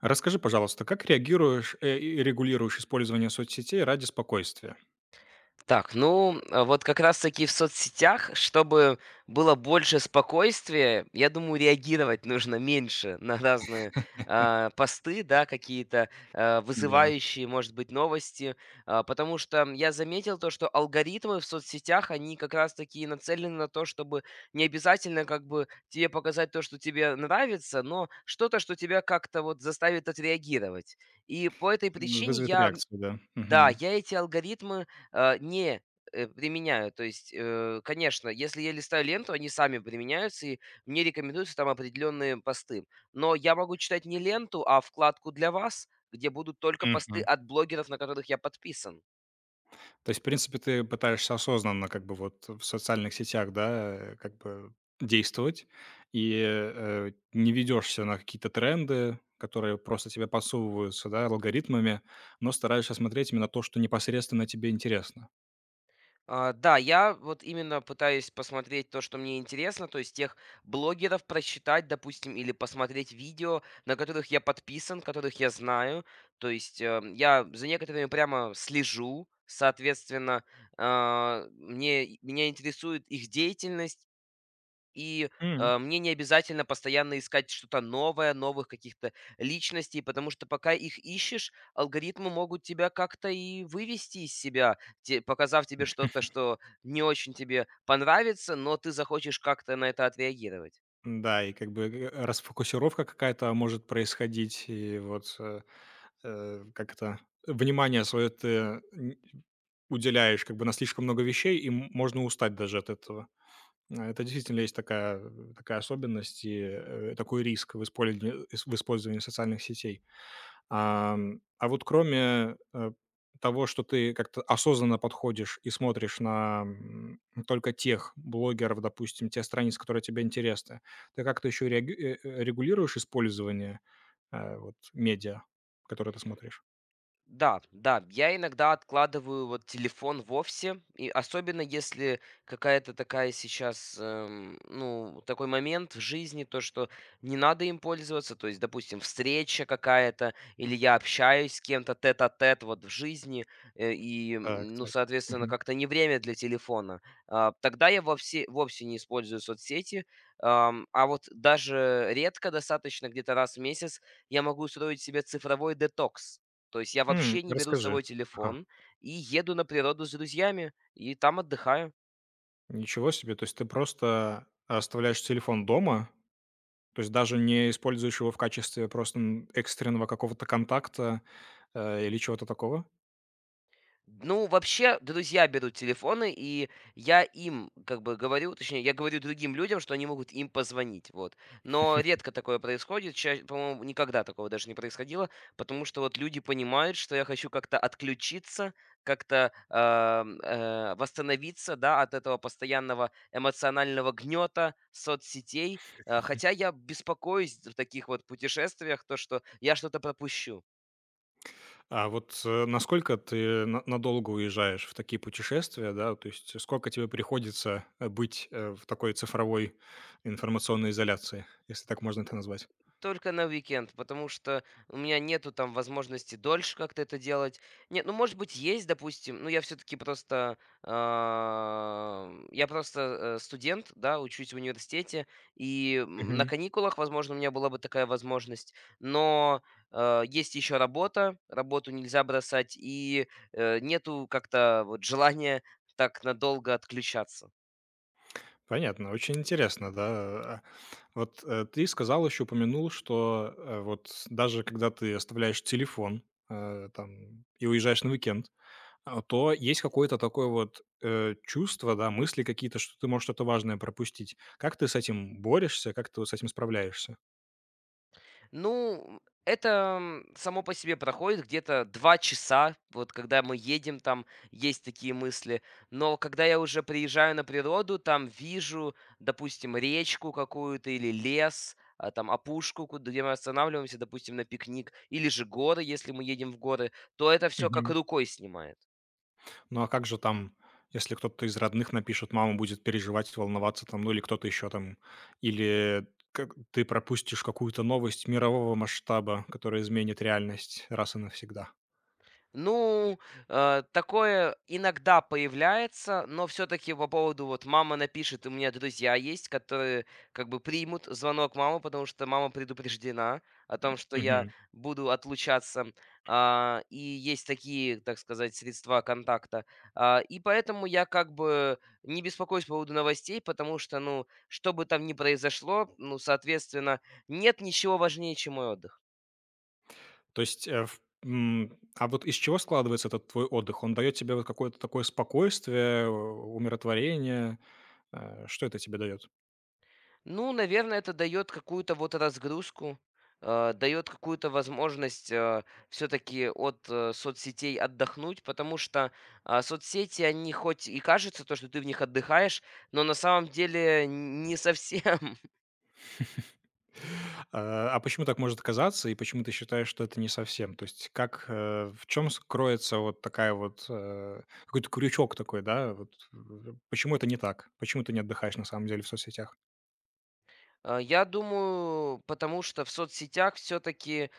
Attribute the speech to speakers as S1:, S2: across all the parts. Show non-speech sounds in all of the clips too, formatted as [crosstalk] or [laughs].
S1: Расскажи, пожалуйста, как реагируешь и регулируешь использование соцсетей ради спокойствия?
S2: Так, ну, вот как раз-таки в соцсетях, чтобы было больше спокойствия, я думаю, реагировать нужно меньше на разные посты, да, какие-то
S1: Да,
S2: вызывающие, может быть, новости. Потому что я заметил то, что алгоритмы в соцсетях, они как раз-таки и нацелены на то, чтобы не обязательно как бы тебе показать то, что тебе нравится, но что-то, что тебя как-то вот заставит отреагировать. И по этой причине
S1: вызовет
S2: я,
S1: реакцию, да.
S2: да,
S1: Мгм.
S2: я эти алгоритмы, не применяю. То есть, конечно, если я листаю ленту, они сами применяются, и мне рекомендуются там определенные посты. Но я могу читать не ленту, а вкладку "Для вас", где будут только посты
S1: Мгм.
S2: от блогеров, на которых я подписан.
S1: То есть, в принципе, ты пытаешься осознанно как бы вот в социальных сетях, да, как бы действовать и не ведешься на какие-то тренды, которые просто тебе подсовываются, да, алгоритмами, но стараешься смотреть именно то, что непосредственно тебе интересно.
S2: Да, я вот именно пытаюсь посмотреть то, что мне интересно, то есть тех блогеров прочитать, допустим, или посмотреть видео, на которых я подписан, которых я знаю. То есть, я за некоторыми прямо слежу, соответственно, меня интересует их деятельность, и, мне не обязательно постоянно искать что-то новое, новых каких-то личностей, потому что пока их ищешь, алгоритмы могут тебя как-то и вывести из себя, те показав тебе что-то, что не очень тебе понравится, но ты захочешь как-то на это отреагировать.
S1: Да, и как бы р расфокусировка какая-то может происходить, и вот, как это, внимание свое ты н уделяешь как бы на слишком много вещей, и можно устать даже от этого. А, это действительно есть такая особенность и, такой риск в использовании социальных сетей. А вот кроме, того, что ты как-то осознанно подходишь и смотришь на, только тех блогеров, допустим, те страницы, которые тебе интересны, ты как-то еще регулируешь использование, вот медиа, которые ты смотришь?
S2: Да, да, я иногда откладываю вот телефон вовсе, и особенно если какая-то такая сейчас, ну, такой момент в жизни, то, что не надо им пользоваться, то есть, допустим, встреча какая-то, или я общаюсь с кем-то тет-а-тет вот в жизни, и,
S1: Так,
S2: ну,
S1: так.
S2: соответственно,
S1: Мгм.
S2: как-то не время для телефона. Тогда я вовсе, вовсе не использую соцсети, а вот даже редко достаточно, где-то раз в месяц, я могу устроить себе цифровой детокс. То есть я вообще не беру с
S1: Расскажи.
S2: собой
S1: Ага.
S2: телефон и еду на природу с друзьями, и там отдыхаю.
S1: Ничего себе, то есть ты просто оставляешь телефон дома? То есть даже не используешь его в качестве просто, экстренного какого-то контакта, или чего-то такого?
S2: Ну, вообще, да, друзья берут телефоны, и я им как бы говорю, точнее, я говорю другим людям, что они могут им позвонить, вот. Но редко такое происходит, по-моему, никогда такого даже не происходило, потому что вот люди понимают, что я хочу как-то отключиться, как-то восстановиться, да, от этого постоянного эмоционального гнета соцсетей. Хотя я беспокоюсь в таких вот путешествиях, то, что я что-то пропущу.
S1: А вот, насколько ты на надолго уезжаешь в такие путешествия, да? То есть сколько тебе приходится, быть, в такой цифровой информационной изоляции, если так можно это назвать?
S2: Только на уикенд, потому что у меня нету там возможности дольше как-то это делать. Нет, ну, может быть, есть, допустим, но я все-таки просто. Я просто, студент, да, учусь в университете, и, на
S1: Мгм.
S2: каникулах, возможно, у меня была бы такая возможность, но, есть еще работа, работу нельзя бросать, и, нету как-то вот желания так надолго отключаться.
S1: Понятно, очень интересно, да. А вот, ты сказал, еще упомянул, что, вот даже когда ты оставляешь телефон, там и уезжаешь на уикенд, то есть какое-то такое вот, чувство, да, мысли какие-то, что ты можешь что-то важное пропустить. Как ты с этим борешься? Как ты вот с этим справляешься?
S2: Ну, это, само по себе проходит где-то 2 часа, вот когда мы едем, там есть такие мысли. Но когда я уже приезжаю на природу, там вижу, допустим, речку какую-то или лес, там опушку, где мы останавливаемся, допустим, на пикник, или же горы, если мы едем в горы, то это все как
S1: Мгм.
S2: рукой снимает.
S1: Ну, а как же там, если кто-то из родных напишет, мама будет переживать, волноваться там, ну или кто-то еще там, или как ты пропустишь какую-то новость мирового масштаба, которая изменит реальность раз и навсегда?
S2: Ну, такое иногда появляется, но все-таки по поводу вот мама напишет, у меня друзья есть, которые как бы примут звонок мамы, потому что мама предупреждена о том, что я
S1: Мгм.
S2: буду отлучаться, и есть такие, так сказать, средства контакта. И поэтому я как бы не беспокоюсь по поводу новостей, потому что, ну, что бы там ни произошло, ну, соответственно, нет ничего важнее, чем мой отдых.
S1: То есть, а вот из чего складывается этот твой отдых? Он дает тебе вот какое-то такое спокойствие, умиротворение? Что это тебе дает?
S2: Ну, наверное, это дает какую-то вот разгрузку, даёт какую-то возможность, все таки от соцсетей отдохнуть, потому что, соцсети, они хоть и кажется, то, что ты в них отдыхаешь, но на самом деле не совсем. [laughs]
S1: А, почему так может оказаться и почему ты считаешь, что это не совсем? То есть как, в чем скроется вот такая вот, какой-то крючок такой, да? Вот, почему это не так? Почему ты не отдыхаешь на самом деле в соцсетях?
S2: Я думаю, потому что в соцсетях все таки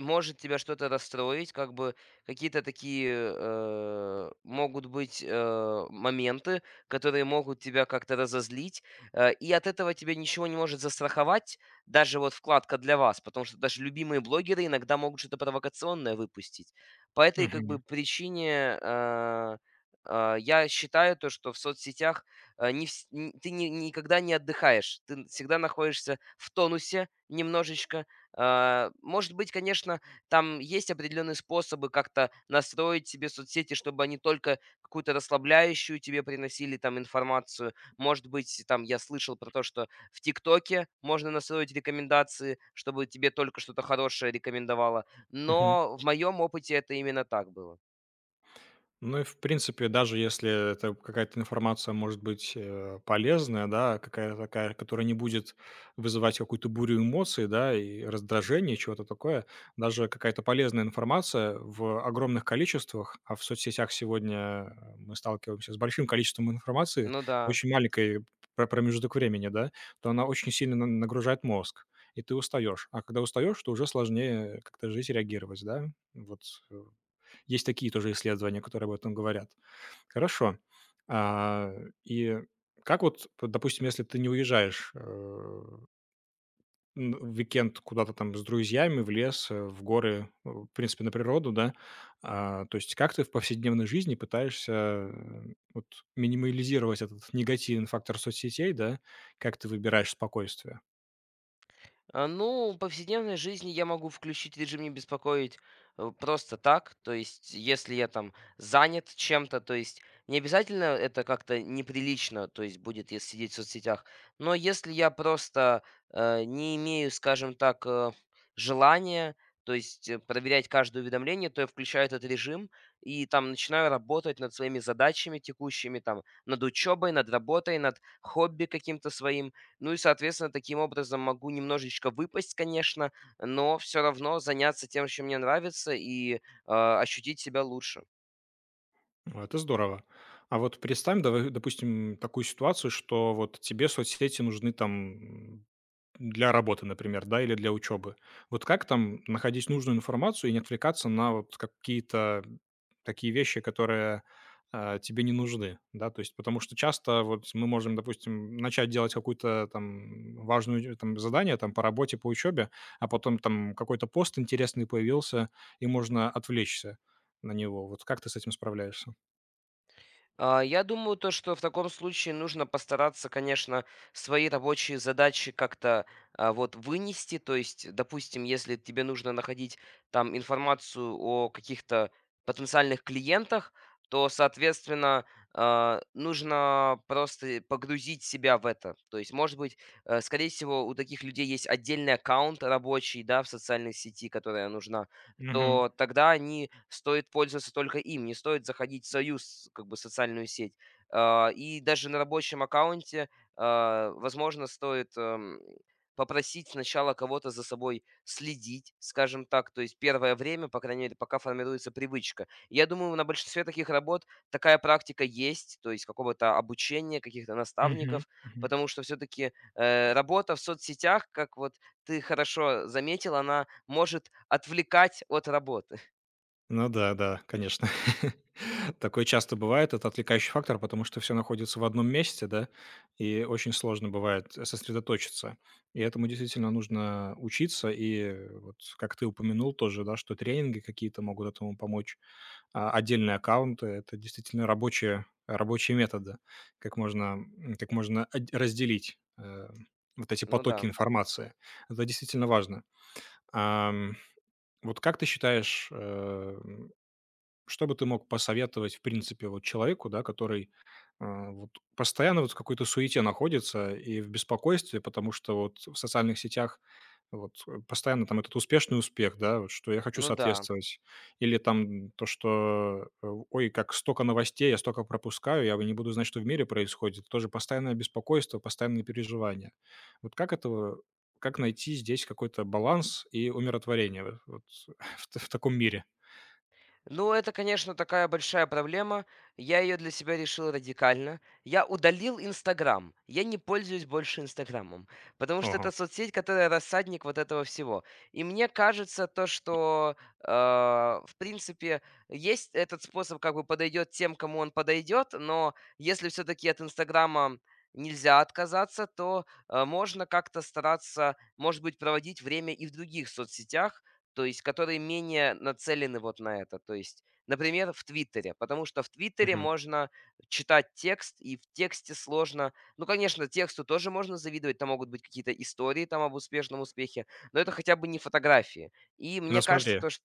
S2: может тебя что-то расстроить, как бы какие-то такие, могут быть, моменты, которые могут тебя как-то разозлить, и от этого тебя ничего не может застраховать, даже вот вкладка для вас, потому что даже любимые блогеры иногда могут что-то провокационное выпустить. По этой, как бы,
S1: Мгм.
S2: причине, я считаю то, что в соцсетях, э, не вс н ты ни никогда не отдыхаешь, ты н всегда находишься в тонусе немножечко. Может быть, конечно, там есть определенные способы как-то настроить себе соцсети, чтобы они только какую-то расслабляющую тебе приносили там информацию. Может быть, там я слышал про то, что в "Тиктоке" можно настроить рекомендации, чтобы тебе только что-то хорошее рекомендовало.
S1: Мгм.
S2: Но в моем опыте это именно так было.
S1: Ну и, в принципе, даже если это какая-то информация может быть, полезная, да, какая-то такая, которая не будет вызывать какую-то бурю эмоций, да, и раздражение, чего-то такое. Даже какая-то полезная информация в огромных количествах, а в соцсетях сегодня мы сталкиваемся с большим количеством информации
S2: Ну
S1: в
S2: да.
S1: очень маленькой промежуток времени, да, то она очень сильно на нагружает мозг, и ты устаешь. А когда устаешь, то уже сложнее как-то жить и реагировать, да? Вот, э есть такие тоже исследования, которые об этом говорят. Хорошо. А, и как вот, п допустим, если ты не уезжаешь, н в уикенд куда-то там с друзьями, в лес, в горы, в принципе, на природу, да, то есть как ты в повседневной жизни пытаешься, э, вот минимализировать этот негативный фактор соцсетей, да? Как ты выбираешь спокойствие?
S2: Ну, в повседневной жизни я могу включить режим не беспокоить, просто так. То есть, если я там занят чем-то, то есть не обязательно это как-то неприлично, то есть будет, если сидеть в соцсетях. Но если я просто, не имею, скажем так, желания, то есть, проверять каждое уведомление, то я включаю этот режим и там начинаю работать над своими задачами текущими, там, над учебой, над работой, над хобби каким-то своим. Ну и, соответственно, таким образом могу немножечко выпасть, конечно, но все равно заняться тем, чем мне нравится, и ощутить себя лучше.
S1: Ну, это здорово. А вот представим, давай, допустим, такую ситуацию, что вот тебе соцсети нужны там для работы, например, да, или для учебы. Вот как там находить нужную информацию и не отвлекаться на вот какие-то такие вещи, которые, тебе не нужны, да? То есть потому что часто вот мы можем, допустим, начать делать какую-то там важную там задание там по работе, по учебе, а потом там какой-то пост интересный появился, и можно отвлечься на него. Вот как ты с этим справляешься?
S2: Я думаю, то, что в таком случае нужно постараться, конечно, свои рабочие задачи как-то, вот вынести. То есть, допустим, если тебе нужно находить там информацию о каких-то потенциальных клиентах, то, соответственно, нужно просто погрузить себя в это. То есть, может быть, скорее всего, у таких людей есть отдельный аккаунт рабочий, да, в социальной сети, которая нужна,
S1: Мгм.
S2: то тогда они стоит пользоваться только им, не стоит заходить в союз как бы социальную сеть. И даже на рабочем аккаунте, возможно, стоит, попросить сначала кого-то за собой следить, скажем так, то есть первое время, по крайней мере, пока формируется привычка. Я думаю, на большинстве таких работ такая практика есть, то есть какого-то обучения, каких-то
S1: Мгм.
S2: наставников,
S1: Мгм.
S2: потому что все-таки, работа в соцсетях, как вот ты хорошо заметил, она может отвлекать от работы. [laughs]
S1: Ну да, да, конечно. [laughs] Такое часто бывает, это отвлекающий фактор, потому что все находится в одном месте, да, и очень сложно бывает сосредоточиться. И этому действительно нужно учиться. И вот, как ты упомянул тоже, да, что тренинги какие-то могут этому помочь, а, отдельные аккаунты- это действительно рабочие методы. Как можно, как можно отд разделить, вот эти
S2: Ну
S1: потоки
S2: да,
S1: информации. Это действительно важно. Ам, вот как ты считаешь, что бы ты мог посоветовать, в принципе, вот человеку, да, который, вот постоянно вот в какой-то суете находится и в беспокойстве, потому что вот в социальных сетях вот, постоянно там этот успешный успех, да, вот что я хочу
S2: ну да.
S1: соответствовать, или там то, что, ой, как столько новостей, я столько пропускаю, я не буду знать, что в мире происходит. Тоже постоянное беспокойство, постоянные переживания. Вот как этого, как найти здесь какой-то баланс и умиротворение вот [laughs] в таком мире?
S2: Ну, это, конечно, такая большая проблема. Я ее для себя решил радикально. Я удалил Инстаграм. Я не пользуюсь больше Инстаграмом, потому что это соцсеть, которая рассадник вот этого всего. И мне кажется то, что, в принципе, есть этот способ, как бы подойдет тем, кому он подойдет, но если все-таки от Инстаграма нельзя отказаться, то, можно как-то стараться, может быть, проводить время и в других соцсетях, то есть которые менее нацелены вот на это. То есть, например, в Твиттере, потому что в Твиттере
S1: Ага.
S2: можно читать текст, и в тексте сложно. Ну, конечно, тексту тоже можно завидовать, там могут быть какие-то истории там об успешном успехе, но это хотя бы не фотографии. И мне
S1: Ну
S2: кажется,
S1: смотри,
S2: то, что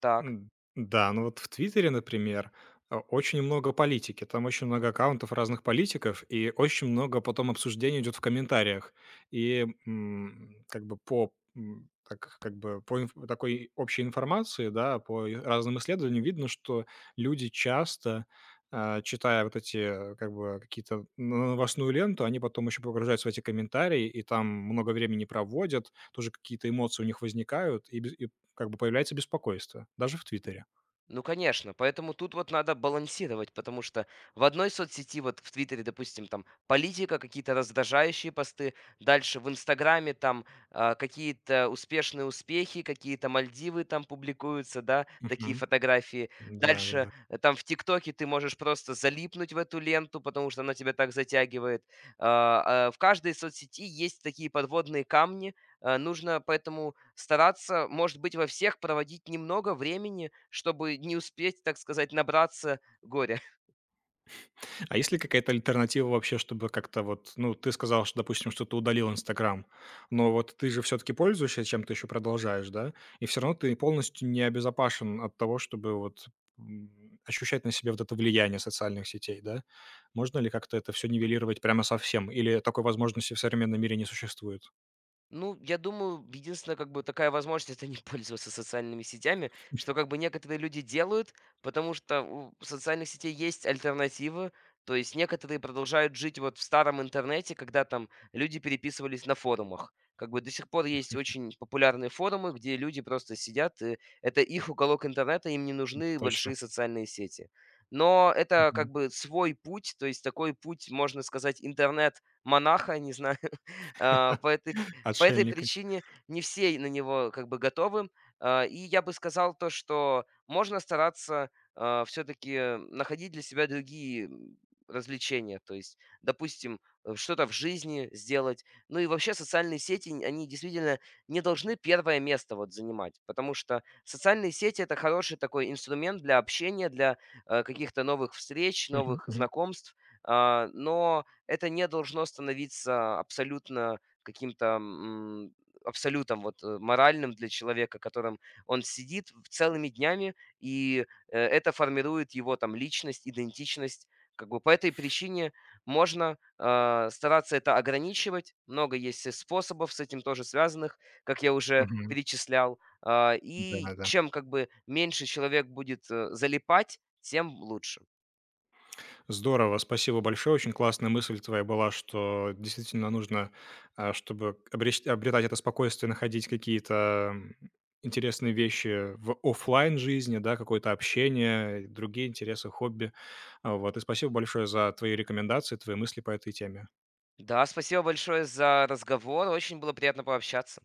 S2: так.
S1: м, да, ну вот в "Твиттере", например, очень много политики. Там очень много аккаунтов разных политиков, и очень много потом обсуждений идет в комментариях. И, как бы по, так как бы по инф такой общей информации, да, по разным исследованиям видно, что люди часто, читая вот эти, как бы, какие-то новостную ленту, они потом еще погружаются в эти комментарии, и там много времени проводят, тоже какие-то эмоции у них возникают, и без и как бы появляется беспокойство, даже в "Твиттере".
S2: Ну, конечно, поэтому тут вот надо балансировать, потому что в одной соцсети, вот в Твиттере, допустим, там политика, какие-то раздражающие посты, дальше в Инстаграме там, какие-то успешные успехи, какие-то Мальдивы там публикуются, да, такие
S1: Мгм.
S2: фотографии. Дальше,
S1: Да-да-да.
S2: там в ТикТоке ты можешь просто залипнуть в эту ленту, потому что она тебя так затягивает. В каждой соцсети есть такие подводные камни, нужно поэтому стараться, может быть, во всех проводить немного времени, чтобы не успеть, так сказать, набраться горя.
S1: А есть ли какая-то альтернатива вообще, чтобы как-то вот, ну, ты сказал, что, допустим, что ты удалил "Инстаграм", но вот ты же все таки пользуешься чем-то еще, продолжаешь, да? И все равно ты полностью не обезопасен от того, чтобы вот, ощущать на себе вот это влияние социальных сетей, да? Можно ли как-то это все нивелировать прямо совсем или такой возможности в современном мире не существует?
S2: Ну, я думаю, единственная как бы такая возможность — это не [laughs] пользоваться социальными сетями, что как бы некоторые люди делают, потому что у социальных сетей есть альтернативы. То есть некоторые продолжают жить вот в старом интернете, когда там люди переписывались на форумах. Как бы до сих пор есть очень популярные форумы, где люди просто сидят, и это их уголок интернета, им не
S1: Это
S2: нужны
S1: точно.
S2: большие социальные сети. Но это как бы свой путь, то есть такой путь, можно сказать, интернет-монаха, не знаю. [laughs] а, по этой
S1: [laughs]
S2: по этой
S1: Отшельника.
S2: причине не все на него как бы готовы. И я бы сказал то, что можно стараться, все таки находить для себя другие, развлечения. То есть, допустим, что-то в жизни сделать. Ну и вообще социальные сети, нь они действительно не должны первое место вот занимать, потому что социальные сети — это хороший такой инструмент для общения, для, каких-то новых встреч,
S1: Мгм,
S2: новых
S1: мгм,
S2: знакомств. Но это не должно становиться абсолютно, каким-то, абсолютом вот, моральным для человека, которым он сидит в целыми днями, и, это формирует его там личность, идентичность. Как бы по этой причине можно, стараться это ограничивать. Много есть и способов с этим тоже связанных, как я уже
S1: мгм.
S2: перечислял. И
S1: Да-да.
S2: чем как бы меньше человек будет, залипать, тем лучше.
S1: Здорово, спасибо большое. Очень классная мысль твоя была, что действительно нужно, чтобы обреч обретать это спокойствие, находить какие-то, интересные вещи в оффлайн жизни, да, какое-то общение, другие интересы, хобби. А, вот. И спасибо большое за твои рекомендации, твои мысли по этой теме.
S2: Да, спасибо большое за разговор. Очень было приятно пообщаться.